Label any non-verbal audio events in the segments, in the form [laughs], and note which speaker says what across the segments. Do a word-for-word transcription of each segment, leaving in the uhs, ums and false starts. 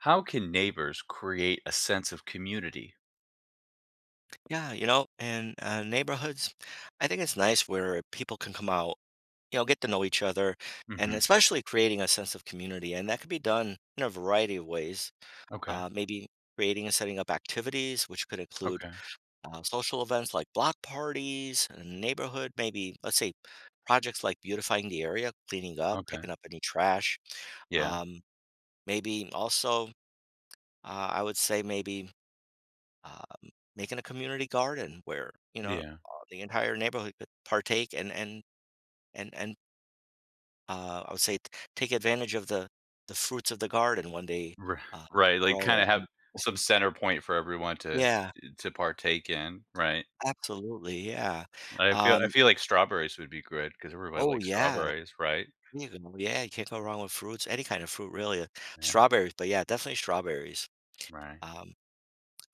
Speaker 1: How can neighbors create a sense of community?
Speaker 2: Yeah, you know, and uh, neighborhoods, I think it's nice where people can come out, you know, get to know each other, and
Speaker 1: Mhm.
Speaker 2: especially creating a sense of community. And that could be done in a variety of ways.
Speaker 1: Okay,
Speaker 2: Uh, maybe creating and setting up activities, which could include
Speaker 1: okay,
Speaker 2: uh, social events like block parties, a neighborhood, maybe, let's say, projects like beautifying the area, cleaning up,
Speaker 1: okay.
Speaker 2: picking up any trash.
Speaker 1: Yeah,
Speaker 2: Um, Maybe also, uh, I would say maybe um, making a community garden where you know uh,
Speaker 1: yeah.
Speaker 2: the entire neighborhood could partake and and and and uh, I would say t- take advantage of the the fruits of the garden when they
Speaker 1: R
Speaker 2: uh,
Speaker 1: right, like,
Speaker 2: grow
Speaker 1: kinda
Speaker 2: it.
Speaker 1: have some
Speaker 2: [laughs]
Speaker 1: center point for everyone to
Speaker 2: Yeah,
Speaker 1: to partake in, right?
Speaker 2: absolutely. Yeah.
Speaker 1: I feel I
Speaker 2: Um,
Speaker 1: feel like strawberries would be good because everybody
Speaker 2: oh
Speaker 1: likes
Speaker 2: yeah.
Speaker 1: strawberries, right?
Speaker 2: There you go. Yeah, you can't go wrong with fruits. Any kind of fruit, really. uh,
Speaker 1: Yeah,
Speaker 2: Strawberries, but yeah, definitely strawberries.
Speaker 1: right.
Speaker 2: Um,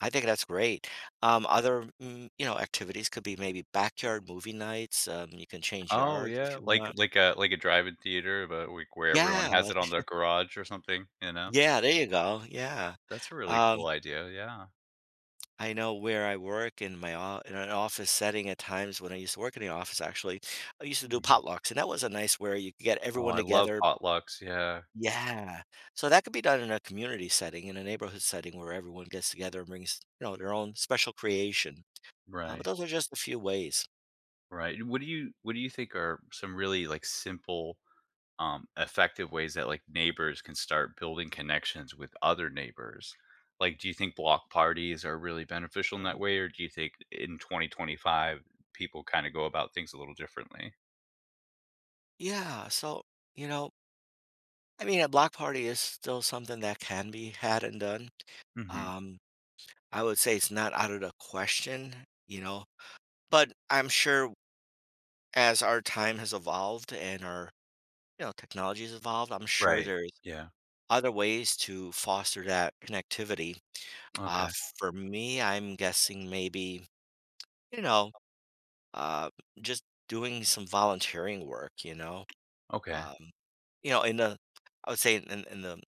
Speaker 2: I think that's great. Um, other mm, you know, activities could be maybe backyard movie nights. Um, you can change
Speaker 1: Oh,
Speaker 2: yards if
Speaker 1: yeah,
Speaker 2: you
Speaker 1: like
Speaker 2: want.
Speaker 1: like a like a drive-in theater, but like where everyone
Speaker 2: Yeah,
Speaker 1: has
Speaker 2: like,
Speaker 1: it on their garage or something, you know?
Speaker 2: yeah, there you go, yeah.
Speaker 1: That's a really
Speaker 2: Um,
Speaker 1: cool idea, yeah.
Speaker 2: I know where I work in my o in an office setting at times when I used to work in the office, actually, I used to do
Speaker 1: Mhm.
Speaker 2: potlucks, and that was a nice where you could get
Speaker 1: Oh,
Speaker 2: everyone
Speaker 1: I love
Speaker 2: together.
Speaker 1: potlucks, yeah,
Speaker 2: Yeah. So that could be done in a community setting, in a neighborhood setting where everyone gets together and brings, you know, their own special creation. Uh, but
Speaker 1: right.
Speaker 2: those are just a few ways.
Speaker 1: Right. What do you what do you think are some really like simple, um, effective ways that like neighbors can start building connections with other neighbors? Like, do you think block parties are really beneficial in that way, or do you think in twenty twenty-five people kind of go about things a little differently?
Speaker 2: Yeah, so, you know, I mean, a block party is still something that can be had and done.
Speaker 1: Hmm.
Speaker 2: Um, I would say it's not out of the question, you know? But I'm sure as our time has evolved and our, you know, technology has evolved, I'm sure
Speaker 1: Right.
Speaker 2: there's
Speaker 1: Yeah.
Speaker 2: other ways to foster that connectivity. Uh,
Speaker 1: Okay.
Speaker 2: for me, I'm guessing maybe, you know, uh, just doing some volunteering work, you know,
Speaker 1: Okay.
Speaker 2: um, you know, in the, I would say in, in in the,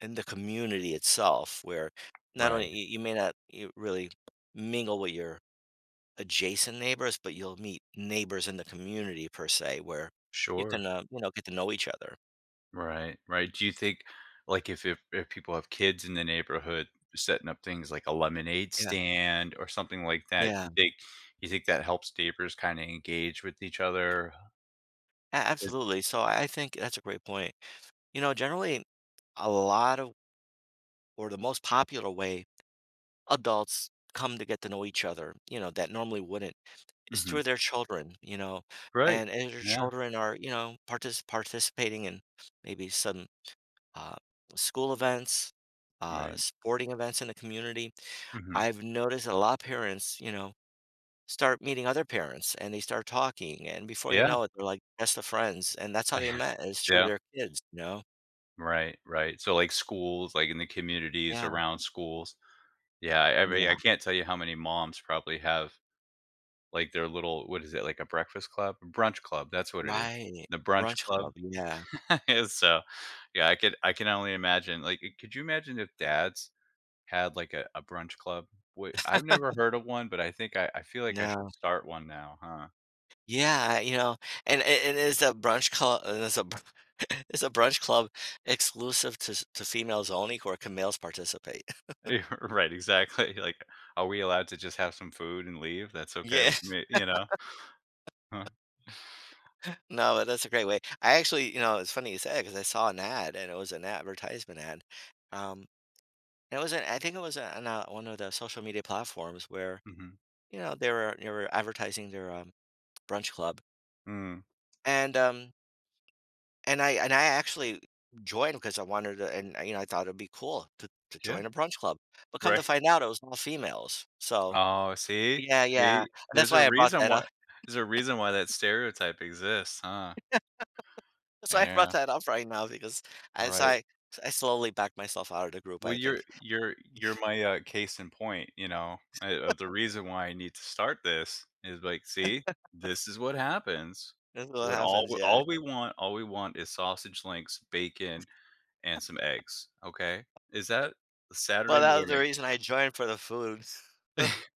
Speaker 2: in the community itself, where not
Speaker 1: Right.
Speaker 2: only you, you may not you really mingle with your adjacent neighbors, but you'll meet neighbors in the community per se where you
Speaker 1: Sure.
Speaker 2: can, uh, you know, get to know each other.
Speaker 1: Right, right. Do you think, like, if if if people have kids in the neighborhood setting up things like a lemonade
Speaker 2: Yeah,
Speaker 1: stand or something like that,
Speaker 2: yeah,
Speaker 1: you think you think that helps neighbors kinda engage with each other?
Speaker 2: a-
Speaker 1: Is
Speaker 2: absolutely. So I I think that's a great point. You know, generally, a lot of or the most popular way adults come to get to know each other, you know, that normally wouldn't, is
Speaker 1: Mhm.
Speaker 2: through their children, you know,
Speaker 1: Right.
Speaker 2: and and their
Speaker 1: Yeah.
Speaker 2: children are, you know, partic- participating in maybe some uh, school events, uh,
Speaker 1: Right.
Speaker 2: sporting events in the community.
Speaker 1: Mhm.
Speaker 2: I've noticed a lot of parents, you know, start meeting other parents and they start talking and before you
Speaker 1: Yeah.
Speaker 2: know it they're like best of friends and that's how they
Speaker 1: [laughs]
Speaker 2: met is through
Speaker 1: Yeah.
Speaker 2: their kids, you know.
Speaker 1: Right, right. So, like, schools, like, in the communities
Speaker 2: Yeah,
Speaker 1: around schools. Yeah, I I mean, I
Speaker 2: yeah,
Speaker 1: can't tell you how many moms probably have, like, their little what is it, like, a breakfast club? Brunch club, that's what it is.
Speaker 2: right,
Speaker 1: The brunch
Speaker 2: brunch
Speaker 1: club.
Speaker 2: club, yeah.
Speaker 1: [laughs] So yeah, i could i can only imagine, like, it- could you imagine if dads had like a, a brunch club? Wh- I've never heard of one, but I think I, I feel like I
Speaker 2: No,
Speaker 1: should start one now, huh?
Speaker 2: yeah, you know and and and is a brunch club, uh, is a br- [laughs] is a brunch club exclusive to s- to females only, or can males participate? [laughs]
Speaker 1: [laughs] Right, exactly, like, are we allowed to just have some food and leave? That's okay
Speaker 2: Yeah,
Speaker 1: with me you know Huh?
Speaker 2: no, but that's a great way. I actually, you know it's funny you said, because I saw an ad, and it was an advertisement ad, um and it was an, I think it was on uh, one of the social media platforms where
Speaker 1: Mhm.
Speaker 2: you know, they were they were advertising their, um, brunch club,
Speaker 1: Mm,
Speaker 2: and, um, and I and I actually joined because I wanted to, and, uh, you know, I thought it'd be cool to to
Speaker 1: yeah,
Speaker 2: join a brunch club, but come to
Speaker 1: right.
Speaker 2: find out, it was all females,
Speaker 1: [laughs]
Speaker 2: so.
Speaker 1: Oh, see
Speaker 2: Yeah, yeah, and
Speaker 1: see
Speaker 2: that's
Speaker 1: there's a
Speaker 2: why I brought
Speaker 1: reason
Speaker 2: that up.
Speaker 1: why
Speaker 2: [laughs]
Speaker 1: there's a reason why that stereotype exists, huh?
Speaker 2: That's why I brought
Speaker 1: Yeah,
Speaker 2: that up right now because as
Speaker 1: right.
Speaker 2: I I slowly backed myself out of the group,
Speaker 1: Well,
Speaker 2: I think.
Speaker 1: you're you're you're
Speaker 2: [laughs]
Speaker 1: my, uh, case in point, you know, I of the reason why I need to start this is, like, see, this is what happens
Speaker 2: That's what
Speaker 1: when all
Speaker 2: happens,
Speaker 1: we
Speaker 2: yeah.
Speaker 1: all we want all we want is sausage links, bacon, and some eggs, okay? Is that
Speaker 2: Well,
Speaker 1: Saturday
Speaker 2: that was the
Speaker 1: morning?
Speaker 2: reason I joined, for the food.
Speaker 1: [laughs]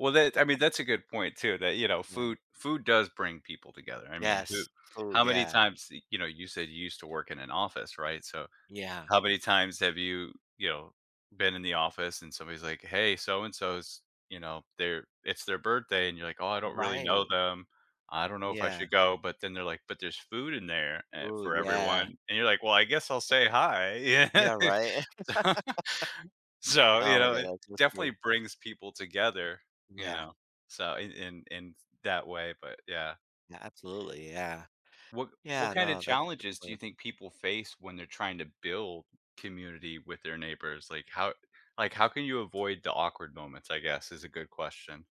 Speaker 1: Well, that I mean, that's a good point too, that, you know,
Speaker 2: Yeah.
Speaker 1: food food does bring people together. I mean, who
Speaker 2: Yes,
Speaker 1: how
Speaker 2: food,
Speaker 1: many
Speaker 2: yeah,
Speaker 1: times, you know, you said you used to work in an office, right? So
Speaker 2: yeah.
Speaker 1: how many times have you, you know, been in the office and somebody's like, "Hey, so and so's, you know, they're it's their birthday," and you're like, "Oh, I don't really know
Speaker 2: Right,
Speaker 1: them. I don't know if I
Speaker 2: yeah,
Speaker 1: should go." But then they're like, "But there's food in there eh,
Speaker 2: food,
Speaker 1: for everyone,"
Speaker 2: yeah.
Speaker 1: and you're like, "Well, I guess I'll say hi." [laughs] Yeah.
Speaker 2: Yeah, right?
Speaker 1: So [laughs] so,
Speaker 2: Oh
Speaker 1: you
Speaker 2: my
Speaker 1: know,
Speaker 2: god,
Speaker 1: it
Speaker 2: that's so true.
Speaker 1: definitely brings people together, you
Speaker 2: Yeah,
Speaker 1: know, so in in in that way, but yeah.
Speaker 2: yeah, absolutely, yeah.
Speaker 1: What what
Speaker 2: Yeah,
Speaker 1: kind of
Speaker 2: no, that's a good
Speaker 1: challenges do you
Speaker 2: point.
Speaker 1: think people face when they're trying to build community with their neighbors? Like how like how can you avoid the awkward moments, I guess, is a good question.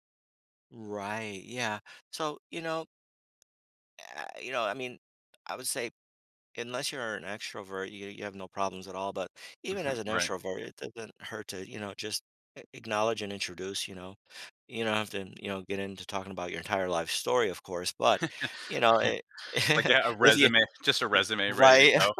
Speaker 2: Right, yeah. So, you know, uh, you know, I mean, I would say unless you're an extrovert, you you have no problems at all, but even as an
Speaker 1: Right.
Speaker 2: introvert, it doesn't hurt to, you know, just a- acknowledge and introduce, you know. You don't have to, you know, get into talking about your entire life story, of course, but you know, it,
Speaker 1: Like a
Speaker 2: [laughs]
Speaker 1: a
Speaker 2: if you,
Speaker 1: resume, [laughs] just a resume ready to
Speaker 2: right,
Speaker 1: go.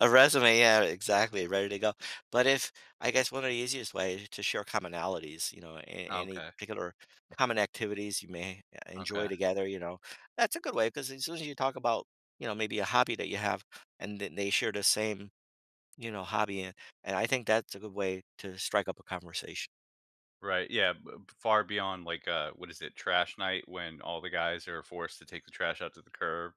Speaker 2: A resume, yeah, exactly, ready to go. But if I guess one of the easiest ways to share commonalities, you know, a any
Speaker 1: Okay.
Speaker 2: particular common activities you may e enjoy
Speaker 1: Okay.
Speaker 2: together, you know, that's a good way because as soon as you talk about, you know, maybe a hobby that you have and then they share the same, you know, hobby, and and I think that's a good way to strike up a conversation.
Speaker 1: Right. Yeah. b- b- Far beyond like uh what is it, trash night when all the guys are forced to take the trash out to the curb.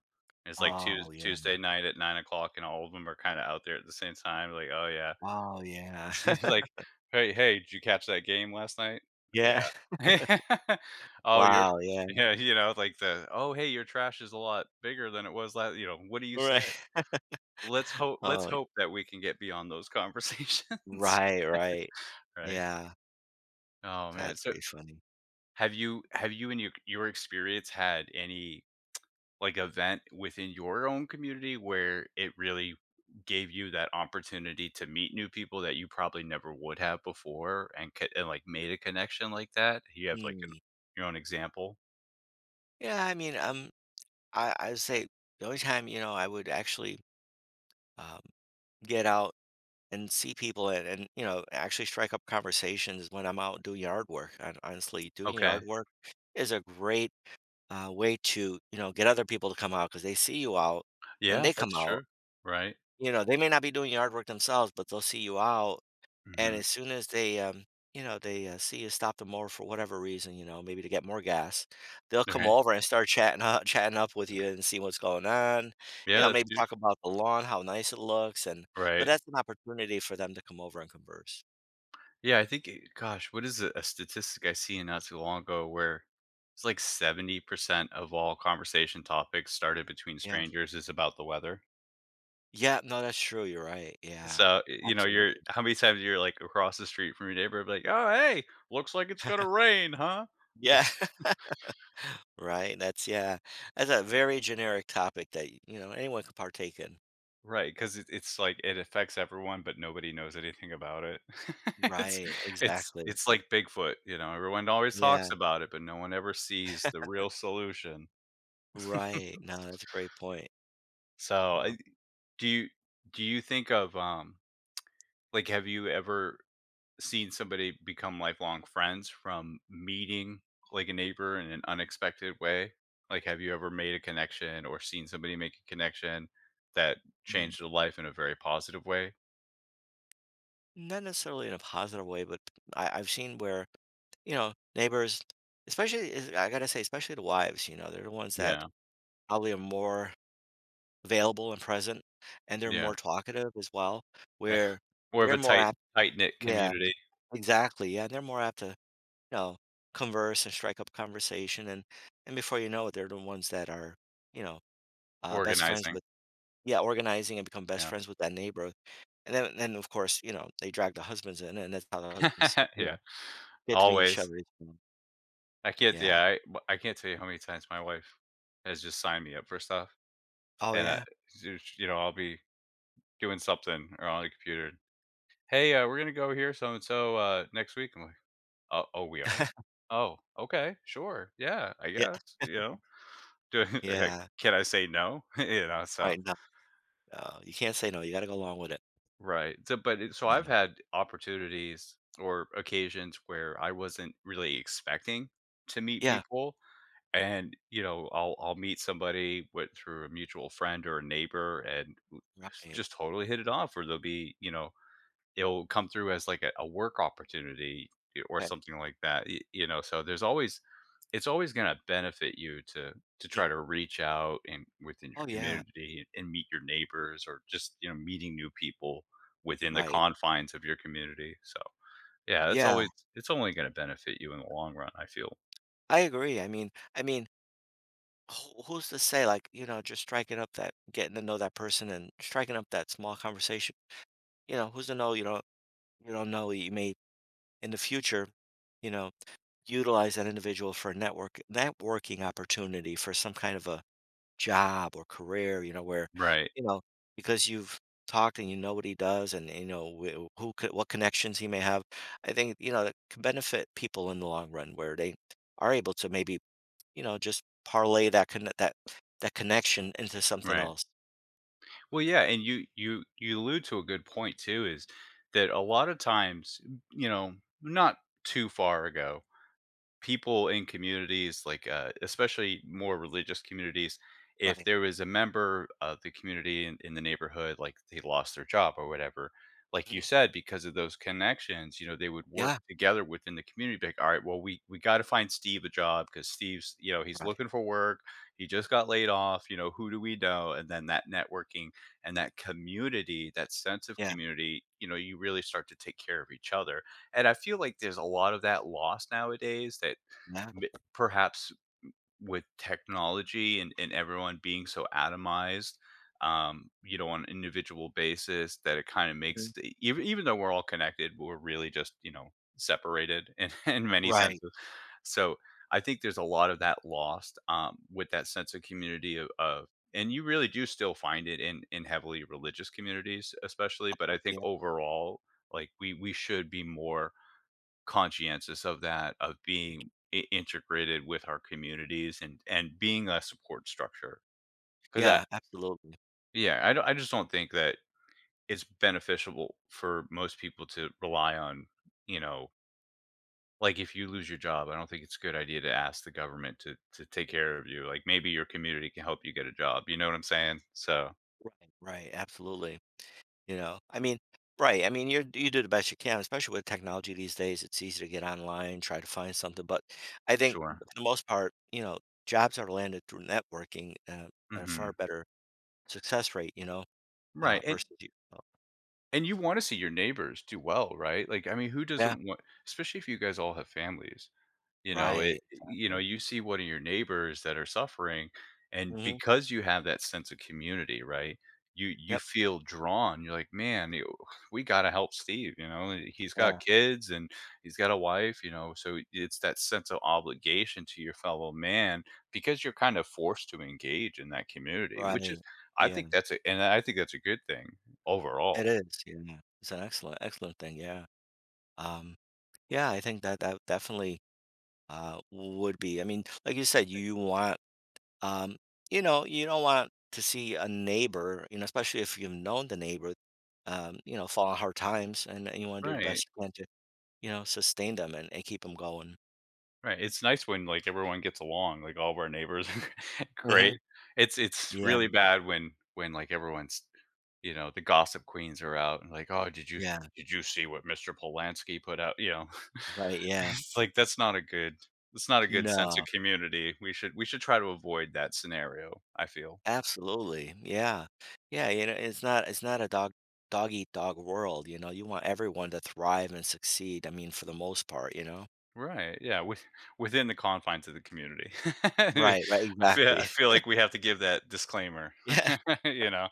Speaker 1: It's like
Speaker 2: Oh,
Speaker 1: Tues
Speaker 2: yeah.
Speaker 1: Tuesday night at nine o'clock and all of them are kinda out there at the same time, like, oh yeah,
Speaker 2: Oh, yeah.
Speaker 1: [laughs] it's
Speaker 2: [laughs]
Speaker 1: like, "Hey, hey, did you catch that game last night?"
Speaker 2: Yeah.
Speaker 1: "Yeah." [laughs] "Oh, you're."
Speaker 2: Wow, yeah.
Speaker 1: Yeah, you know, like the, "Oh, hey, your trash is a lot bigger than it was last. You know, what do you say?
Speaker 2: Right.
Speaker 1: Let's hope let's
Speaker 2: Oh,
Speaker 1: hope that we can get beyond those conversations,"
Speaker 2: right, right.
Speaker 1: [laughs] right?
Speaker 2: Yeah,
Speaker 1: Oh, man,
Speaker 2: that's
Speaker 1: so
Speaker 2: pretty funny.
Speaker 1: have you have you in your your experience had any like event within your own community where it really gave you that opportunity to meet new people that you probably never would have before and co- and like made a connection like that? You have like an
Speaker 2: Mm.
Speaker 1: your own example?
Speaker 2: Yeah, I mean, um, I I would say the only time, you know, I would actually um, get out and see people, and, and you know, actually strike up conversations is when I'm out doing yard work. And honestly, doing yard
Speaker 1: Okay.
Speaker 2: work is a great uh, way to you know get other people to come out, because they see you out, then
Speaker 1: Yeah,
Speaker 2: they come
Speaker 1: that's
Speaker 2: out.
Speaker 1: true. Right.
Speaker 2: You know, they may not be doing yard work themselves, but they'll see you out, and
Speaker 1: Mhm.
Speaker 2: as soon as they, um, you know, they uh, see you stop the mower for whatever reason, you know, maybe to get more gas, they'll come
Speaker 1: Okay.
Speaker 2: over and start chatting up, [laughs] chatting up with you and see what's going on. You
Speaker 1: Yeah,
Speaker 2: know,
Speaker 1: that's
Speaker 2: maybe
Speaker 1: good.
Speaker 2: talk about the lawn, how nice it looks, and but
Speaker 1: Right.
Speaker 2: that's an opportunity for them to come over and converse.
Speaker 1: Yeah, I think it- gosh, what is a, a statistic I seen not too long ago where it's like seventy percent of all conversation topics started between
Speaker 2: Yeah,
Speaker 1: strangers is about the weather.
Speaker 2: yeah, no, that's true. You're right. Yeah,
Speaker 1: So, you know, you're
Speaker 2: absolutely.
Speaker 1: how many times you're, like, across the street from your neighbor, like, "Oh, hey, looks like it's gonna rain, huh?"
Speaker 2: Yeah, [laughs] right. That's yeah, that's a very generic topic that y- you know anyone could partake in.
Speaker 1: Right, 'cause it it's like it affects everyone, but nobody knows anything about it. [laughs] It's
Speaker 2: Right.
Speaker 1: it's
Speaker 2: Exactly.
Speaker 1: it's like Bigfoot, you know, everyone always talks
Speaker 2: Yeah.
Speaker 1: about it, but no one ever sees the real solution.
Speaker 2: Right. No, that's a great point.
Speaker 1: So,
Speaker 2: Uh,
Speaker 1: I do you do you think of, um like, have you ever seen somebody become lifelong friends from meeting like a neighbor in an unexpected way? Like, have you ever made a connection or seen somebody make a connection that changed their life in a very positive way?
Speaker 2: Not necessarily in a positive way, but I, I've seen where, you know, neighbors, especially, is- I gotta say, especially the wives, you know, they're the ones that
Speaker 1: Yeah,
Speaker 2: probably are more available and present, and they're
Speaker 1: yeah.
Speaker 2: more talkative as well, where
Speaker 1: [laughs] More of
Speaker 2: they're
Speaker 1: a
Speaker 2: more
Speaker 1: tight
Speaker 2: apt.
Speaker 1: tight knit
Speaker 2: Yeah,
Speaker 1: community,
Speaker 2: exactly. Yeah. And they're more apt to, you know, converse and strike up conversation. And, and before you know it, they're the ones that are, you know, uh, best friends
Speaker 1: organizing.
Speaker 2: with, yeah, organizing and become best
Speaker 1: Yeah,
Speaker 2: friends with that neighbor. And then, then of course, you know, they drag the husbands in, and that's how the husbands,
Speaker 1: [laughs]
Speaker 2: you know,
Speaker 1: yeah,
Speaker 2: get to meet each
Speaker 1: always.
Speaker 2: other. Is fun.
Speaker 1: I can't.
Speaker 2: Yeah.
Speaker 1: Yeah, I, w- I can't tell you how many times my wife has just signed me up for stuff,
Speaker 2: Oh,
Speaker 1: and I,
Speaker 2: yeah.
Speaker 1: you know, I'll be doing something or on the computer, "Hey, uh, we're gonna go here so and so, uh, next week." I'm like, "Oh, oh, we are?
Speaker 2: [laughs]
Speaker 1: Oh, okay, sure, yeah, I
Speaker 2: Yeah,
Speaker 1: guess." You know, [laughs] do like,
Speaker 2: yeah.
Speaker 1: can I say no? [laughs] you know, so
Speaker 2: Right, no, no, you can't say no, you gotta go along with it.
Speaker 1: right. So, but it, so, I've
Speaker 2: Yeah.
Speaker 1: had opportunities or occasions where I wasn't really expecting to meet
Speaker 2: Yeah,
Speaker 1: people, and you know, I'll I'll meet somebody with through a mutual friend or a neighbor, and w-
Speaker 2: right.
Speaker 1: just totally hit it off, or they'll be, you know, it'll come through as like a, a work opportunity or
Speaker 2: Okay.
Speaker 1: something like that, y- you know so there's always, it's always going to benefit you to to
Speaker 2: Mm.
Speaker 1: try to reach out and within
Speaker 2: Oh,
Speaker 1: your
Speaker 2: yeah,
Speaker 1: community and meet your neighbors, or just you know meeting new people within the
Speaker 2: right.
Speaker 1: confines of your community. So yeah, that's
Speaker 2: Yeah,
Speaker 1: always it's only going to benefit you in the long run, I feel.
Speaker 2: I agree, I mean I mean, who who's to say, like, you know, just striking up that, getting to know that person and striking up that small conversation, you know, who's to know, you don't you don't know, you may, in the future, you know, utilize that individual for a network networking opportunity for some kind of a job or career, you know, where,
Speaker 1: Right,
Speaker 2: you know, because you've talked and you know what he does and you know wh- who could, what connections he may have. I think, you know, that can benefit people in the long run, where they are able to maybe, you know, just parlay that con- that that connection into something
Speaker 1: right.
Speaker 2: else.
Speaker 1: Well yeah, and you you you allude to a good point too, is that a lot of times, you know not too far ago, people in communities like uh, especially more religious communities, if
Speaker 2: Right.
Speaker 1: there was a member of the community in, in the neighborhood, like, they lost their job or whatever, like you
Speaker 2: Mhm.
Speaker 1: said, because of those connections, you know they would work
Speaker 2: Yeah.
Speaker 1: together within the community. Be like, all right, well, we we got to find Steve a job, because Steve's you know he's
Speaker 2: Right.
Speaker 1: looking for work. He just got laid off, you know who do we know? And then that networking and that community, that sense of
Speaker 2: Yeah.
Speaker 1: community, you know you really start to take care of each other. And I feel like there's a lot of that lost nowadays, that
Speaker 2: Yeah.
Speaker 1: m- perhaps with technology and, and everyone being so atomized, um, you know, on an individual basis, that it kind of
Speaker 2: Mhm.
Speaker 1: makes, the- even, even though we're all connected, we're really just, you know, separated in, [laughs] in many
Speaker 2: Right.
Speaker 1: senses. So I think there's a lot of that lost, um, with that sense of community, of, of and you really do still find it in in heavily religious communities especially, but
Speaker 2: Oh,
Speaker 1: I think
Speaker 2: yeah.
Speaker 1: overall, like, we we should be more conscientious of that, of being i- integrated with our communities, and and being a support structure. Because I
Speaker 2: Yeah, absolutely.
Speaker 1: Yeah, I don't, I just don't think that it's beneficial for most people to rely on, you know like, if you lose your job, I don't think it's a good idea to ask the government to to take care of you. Like, maybe your community can help you get a job. You know what I'm saying? So
Speaker 2: Right, right, absolutely. You know? I mean, right, I mean, you you do the best you can, especially with technology these days, it's easy to get online, try to find something, but I think
Speaker 1: sure.
Speaker 2: for the most part, you know, jobs are landed through networking, uh, at a far
Speaker 1: Hmm.
Speaker 2: better success rate, you know, uh,
Speaker 1: Right. And
Speaker 2: versus you, oh.
Speaker 1: and you want to see your neighbors do well, right? Like, I mean, who
Speaker 2: Yeah,
Speaker 1: doesn't want? Especially if you guys all have families. You know,
Speaker 2: right,
Speaker 1: it you know,
Speaker 2: exactly.
Speaker 1: you see one of your neighbors that are suffering, and
Speaker 2: Mhm.
Speaker 1: because you have that sense of community, right? You you
Speaker 2: Yep.
Speaker 1: feel drawn. You're like, "Man, you- we got to help Steve, you know. He's got
Speaker 2: Yeah,
Speaker 1: kids and he's got a wife, you know." So it's that sense of obligation to your fellow man, because you're kind of forced to engage in that community, which
Speaker 2: right.
Speaker 1: is I
Speaker 2: Yeah,
Speaker 1: think that's a and I think that's a good thing
Speaker 2: it
Speaker 1: overall.
Speaker 2: is, yeah. It's an excellent, excellent thing, yeah. Um, yeah, I think that that definitely, uh, would be, I mean, like you said, you want, Um, you know, you don't want to see a neighbor, you know, especially if you've known the neighbor, um, you know, fall on hard times, and, and you want to do the
Speaker 1: Right.
Speaker 2: best you can to, you know, sustain them, and, and keep them going.
Speaker 1: Right, it's nice when, like, everyone gets along, like, all of our neighbors [laughs]
Speaker 2: Hmm.
Speaker 1: great. It's it's
Speaker 2: Yeah.
Speaker 1: really bad when when, like, everyone's you know, the gossip queens are out and like, "Oh, did you
Speaker 2: Yeah.
Speaker 1: did you see what Mister Polanski put out?" You know? [laughs]
Speaker 2: Right. Yeah.
Speaker 1: It's like, that's not a good that's not a good sense of
Speaker 2: No,
Speaker 1: community. We should we should try to avoid that scenario, I feel.
Speaker 2: absolutely. Yeah. Yeah. You know, it's not, it's not a dog, dog eat dog world. You know, you want everyone to thrive and succeed. I mean, for the most part, you know?
Speaker 1: Right, yeah, with within the confines of the community. [laughs] I
Speaker 2: Right. Right.
Speaker 1: feel
Speaker 2: Exactly.
Speaker 1: I feel
Speaker 2: [laughs]
Speaker 1: like we have to give that disclaimer,
Speaker 2: Yeah.
Speaker 1: [laughs] you know?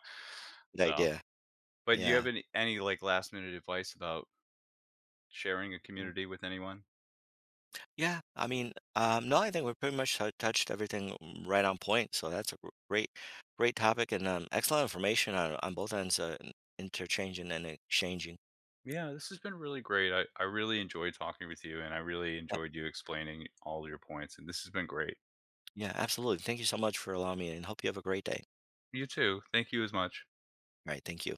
Speaker 2: Good
Speaker 1: So
Speaker 2: idea.
Speaker 1: But do you have
Speaker 2: Yeah.
Speaker 1: any any, like, last minute advice about sharing a community with anyone?
Speaker 2: Yeah, I mean, um, no, I think we've pretty much tou- touched everything mm, right on point. So that's a gr- great, great topic, and um, excellent information on, on both ends, uh, in- interchanging and exchanging.
Speaker 1: Yeah, this has been really great. I I really enjoyed talking with you, and I really
Speaker 2: Yep.
Speaker 1: enjoyed you explaining all your points, and this has been great.
Speaker 2: Yeah, absolutely. Thank you so much for allowing me, and hope you have a great day.
Speaker 1: You too. Thank you as much.
Speaker 2: All right, thank you.